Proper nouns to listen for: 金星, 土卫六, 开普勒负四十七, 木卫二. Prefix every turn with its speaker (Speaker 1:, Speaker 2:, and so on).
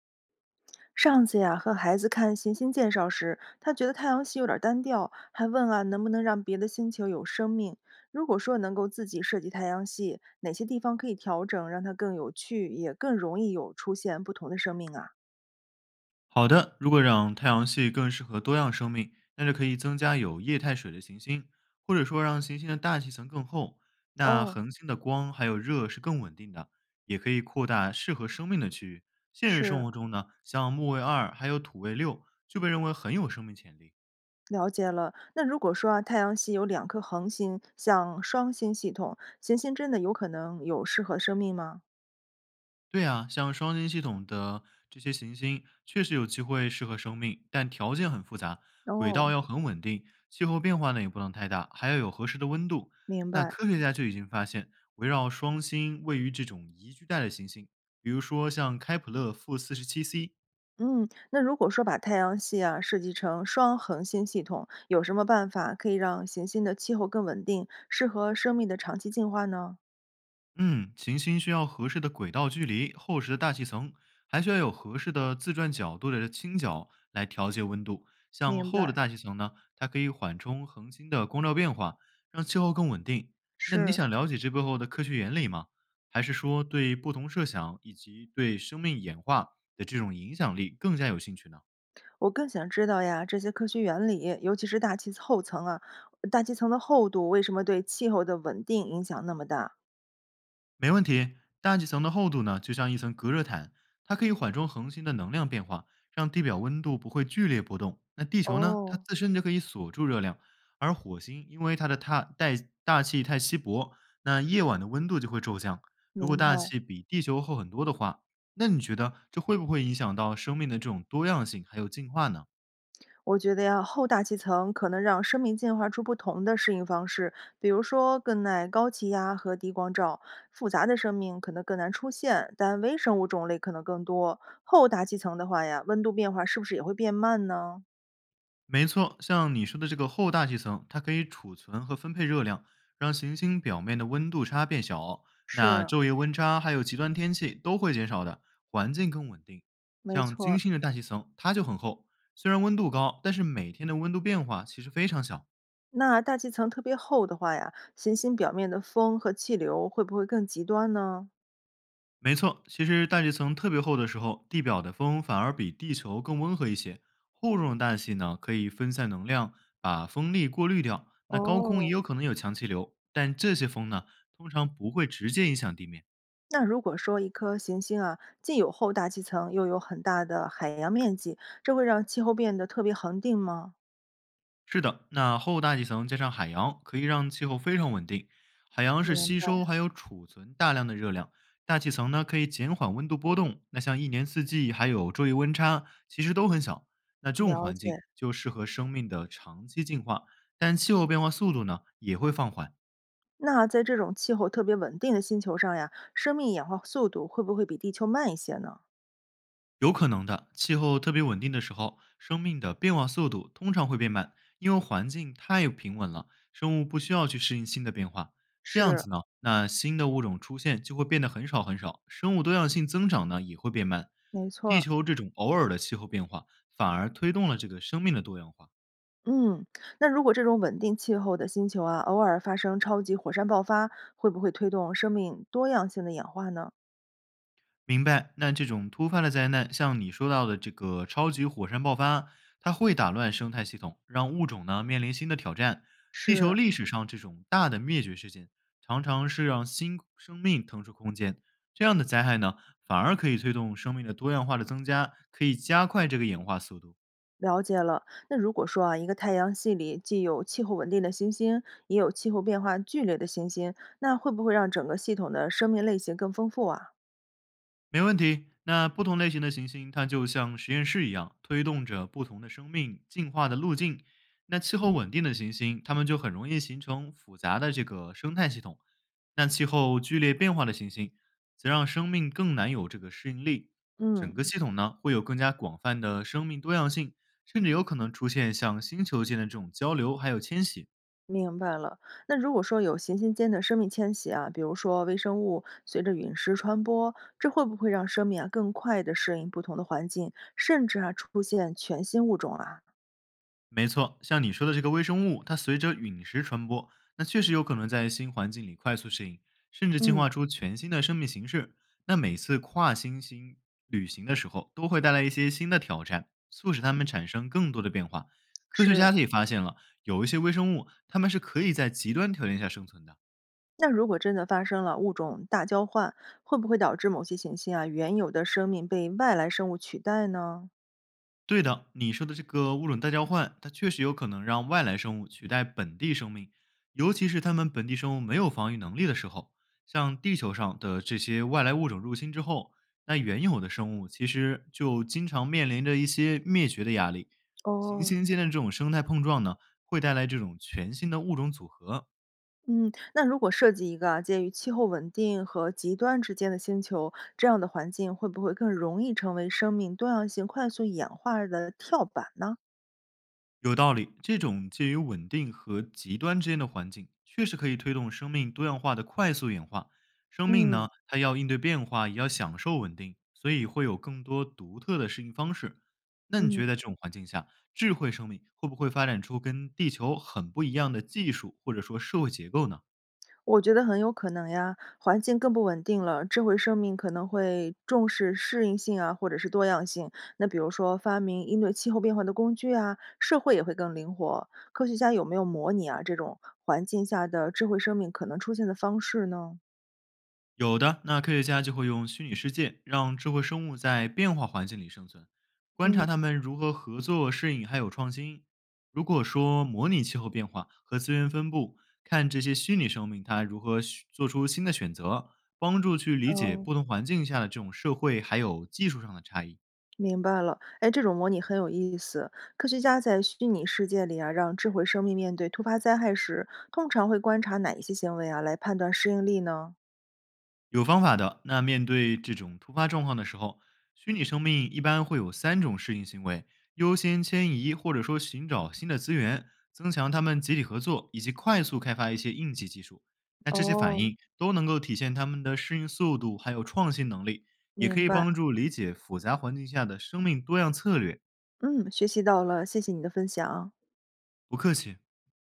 Speaker 1: 上次呀，和孩子看行星介绍时，他觉得太阳系有点儿单调，还问啊能不能让别的星球有生命。如果说能够自己设计太阳系，哪些地方可以调整，让它更有趣，也更容易有出现不同的生命啊？
Speaker 2: 好的，如果让太阳系更适合多样生命，那就可以增加有液态水的行星，或者说让行星的大气层更厚。那
Speaker 1: 哦，
Speaker 2: 恒星的光还有热是更稳定的，也可以扩大适合生命的区域。现实生
Speaker 1: 是，
Speaker 2: 活中呢，像木卫二还有土卫六就被认为很有生命潜力。
Speaker 1: 了解了。那如果说啊，太阳系有两颗恒星，像双星系统，行星真的有可能有适合生命吗？
Speaker 2: 对啊，像双星系统的这些行星确实有机会适合生命，但条件很复杂，轨道
Speaker 1: 哦，
Speaker 2: 要很稳定，气候变化呢也不能太大，还要有合适的温度。
Speaker 1: 明
Speaker 2: 那
Speaker 1: 白。
Speaker 2: 科学家就已经发现，围绕双星位于这种宜居带的行星，比如说像开普勒-47c。
Speaker 1: 嗯，那如果说把太阳系啊设计成双恒星系统，有什么办法可以让行星的气候更稳定，适合生命的长期进化呢？
Speaker 2: 嗯，行星需要合适的轨道距离、厚实的大气层，还需要有合适的自转角度的倾角来调节温度。像
Speaker 1: 明
Speaker 2: 厚的
Speaker 1: 白，
Speaker 2: 大气层呢，它可以缓冲恒星的光照变化，让气候更稳定。那你
Speaker 1: 是，
Speaker 2: 想了解这背后的科学原理吗？还是说对不同设想以及对生命演化的这种影响力更加有兴趣呢？
Speaker 1: 我更想知道呀，这些科学原理，尤其是大气厚层啊，大气层的厚度为什么对气候的稳定影响那么大？
Speaker 2: 没问题，大气层的厚度呢，就像一层隔热毯，它可以缓冲恒星的能量变化，让地表温度不会剧烈波动。那地球呢，它
Speaker 1: 哦，
Speaker 2: 自身就可以锁住热量，而火星因为它的大气太稀薄，那夜晚的温度就会骤降。如果
Speaker 1: 明白。
Speaker 2: 大气比地球厚很多的话，那你觉得这会不会影响到生命的这种多样性还有进化呢？
Speaker 1: 我觉得呀，厚大气层可能让生命进化出不同的适应方式，比如说更耐高气压和低光照。复杂的生命可能更难出现，但微生物种类可能更多。厚大气层的话呀，温度变化是不是也会变慢呢？
Speaker 2: 没错，像你说的这个厚大气层，它可以储存和分配热量，让行星表面的温度差变小。那
Speaker 1: 是，
Speaker 2: 昼夜温差还有极端天气都会减少的，环境更稳定。
Speaker 1: 没
Speaker 2: 像
Speaker 1: 错
Speaker 2: 金
Speaker 1: 儿。
Speaker 2: 星的大气层，它就很厚，虽然温度高，但是每天的温度变化其实非常小。
Speaker 1: 那大气层特别厚的话呀，行星表面的风和气流会不会更极端呢？
Speaker 2: 没错，其实大气层特别厚的时候，地表的风反而比地球更温和一些。厚重的大气呢，可以分散能量，把风力过滤掉。那高空也
Speaker 1: 哦，
Speaker 2: 有可能有强气流，但这些风呢，通常不会直接影响地面。
Speaker 1: 那如果说一颗行星啊，既有厚大气层，又有很大的海洋面积，这会让气候变得特别恒定吗？
Speaker 2: 是的，那厚大气层加上海洋，可以让气候非常稳定。海洋是
Speaker 1: 明
Speaker 2: 吸
Speaker 1: 白，
Speaker 2: 收还有储存大量的热量，大气层呢可以减缓温度波动。那像一年四季还有昼夜温差，其实都很小。那这种
Speaker 1: 了
Speaker 2: 环境
Speaker 1: 解。
Speaker 2: 就适合生命的长期进化，但气候变化速度呢也会放缓。
Speaker 1: 那在这种气候特别稳定的星球上呀，生命演化速度会不会比地球慢一些呢？
Speaker 2: 有可能的，气候特别稳定的时候，生命的变化速度通常会变慢，因为环境太平稳了，生物不需要去适应新的变化。这样
Speaker 1: 是，
Speaker 2: 子呢，那新的物种出现就会变得很少很少，生物多样性增长呢也会变慢。
Speaker 1: 没错
Speaker 2: 地
Speaker 1: 儿。
Speaker 2: 球这种偶尔的气候变化，反而推动了这个生命的多样化。
Speaker 1: 嗯，那如果这种稳定气候的星球啊，偶尔发生超级火山爆发，会不会推动生命多样性的演化呢？
Speaker 2: 明白。那这种突发的灾难，像你说到的这个超级火山爆发，它会打乱生态系统，让物种呢面临新的挑战。地球
Speaker 1: 是，
Speaker 2: 历史上这种大的灭绝事件，常常是让新生命腾出空间。这样的灾害呢，反而可以推动生命的多样化的增加，可以加快这个演化速度。
Speaker 1: 了解了。那如果说啊，一个太阳系里既有气候稳定的行星，也有气候变化剧烈的行星，那会不会让整个系统的生命类型更丰富啊？
Speaker 2: 没问题。那不同类型的行星，它就像实验室一样，推动着不同的生命进化的路径。那气候稳定的行星，它们就很容易形成复杂的这个生态系统。那气候剧烈变化的行星，则让生命更难有这个适应力。整
Speaker 1: 嗯，
Speaker 2: 个系统呢，会有更加广泛的生命多样性，甚至有可能出现像星球间的这种交流还有迁徙。
Speaker 1: 明白了。那如果说有行星间的生命迁徙啊，比如说微生物随着陨石传播，这会不会让生命啊更快地适应不同的环境，甚至啊出现全新物种啊？
Speaker 2: 没错，像你说的这个微生物，它随着陨石传播，那确实有可能在新环境里快速适应，甚至进
Speaker 1: 嗯，
Speaker 2: 化出全新的生命形式。那每次跨行星旅行的时候，都会带来一些新的挑战，促使它们产生更多的变化。科学家
Speaker 1: 是。
Speaker 2: 也发现了，有一些微生物，它们是可以在极端条件下生存的。
Speaker 1: 那如果真的发生了物种大交换，会不会导致某些行星啊原有的生命被外来生物取代呢？
Speaker 2: 对的，你说的这个物种大交换，它确实有可能让外来生物取代本地生命，尤其是它们本地生物没有防御能力的时候。像地球上的这些外来物种入侵之后，那原有的生物其实就经常面临着一些灭绝的压力。行
Speaker 1: 哦，
Speaker 2: 星间的这种生态碰撞呢，会带来这种全新的物种组合。
Speaker 1: 嗯，那如果设计一个啊介于气候稳定和极端之间的星球，这样的环境会不会更容易成为生命多样性快速演化的跳板呢？
Speaker 2: 有道理，这种介于稳定和极端之间的环境，确实可以推动生命多样化的快速演化。生命呢，
Speaker 1: 嗯
Speaker 2: 它要应对变化，也要享受稳定，所以会有更多独特的适应方式。那你觉
Speaker 1: 嗯。
Speaker 2: 得在这种环境下，智慧生命会不会发展出跟地球很不一样的技术，或者说社会结构呢？
Speaker 1: 我觉得很有可能呀，环境更不稳定了，智慧生命可能会重视适应性啊，或者是多样性。那比如说发明应对气候变化的工具啊，社会也会更灵活。科学家有没有模拟啊这种环境下的智慧生命可能出现的方式呢？
Speaker 2: 有的，那科学家就会用虚拟世界让智慧生物在变化环境里生存，观
Speaker 1: 嗯，
Speaker 2: 察它们如何合作、适应还有创新。如果说模拟气候变化和资源分布，看这些虚拟生命它如何选做出新的选择，帮助去理解
Speaker 1: 哦，
Speaker 2: 不同环境下的这种社会还有技术上的差异。
Speaker 1: 明白了。哎，这种模拟很有意思。科学家在虚拟世界里啊，让智慧生命面对突发灾害时，通常会观察哪一些行为啊，来判断适应力呢？
Speaker 2: 有方法的。那面对这种突发状况的时候，虚拟生命一般会有三种适应行为：优先迁移，或者说寻找新的资源，增强他们集体合作，以及快速开发一些应急技术。那这些反
Speaker 1: 哦，
Speaker 2: 应都能够体现他们的适应速度，还有创新能力，也可
Speaker 1: 明
Speaker 2: 以
Speaker 1: 白。
Speaker 2: 帮助理解复杂环境下的生命多样策略。
Speaker 1: 嗯，学习到了，谢谢你的分享。
Speaker 2: 不客气。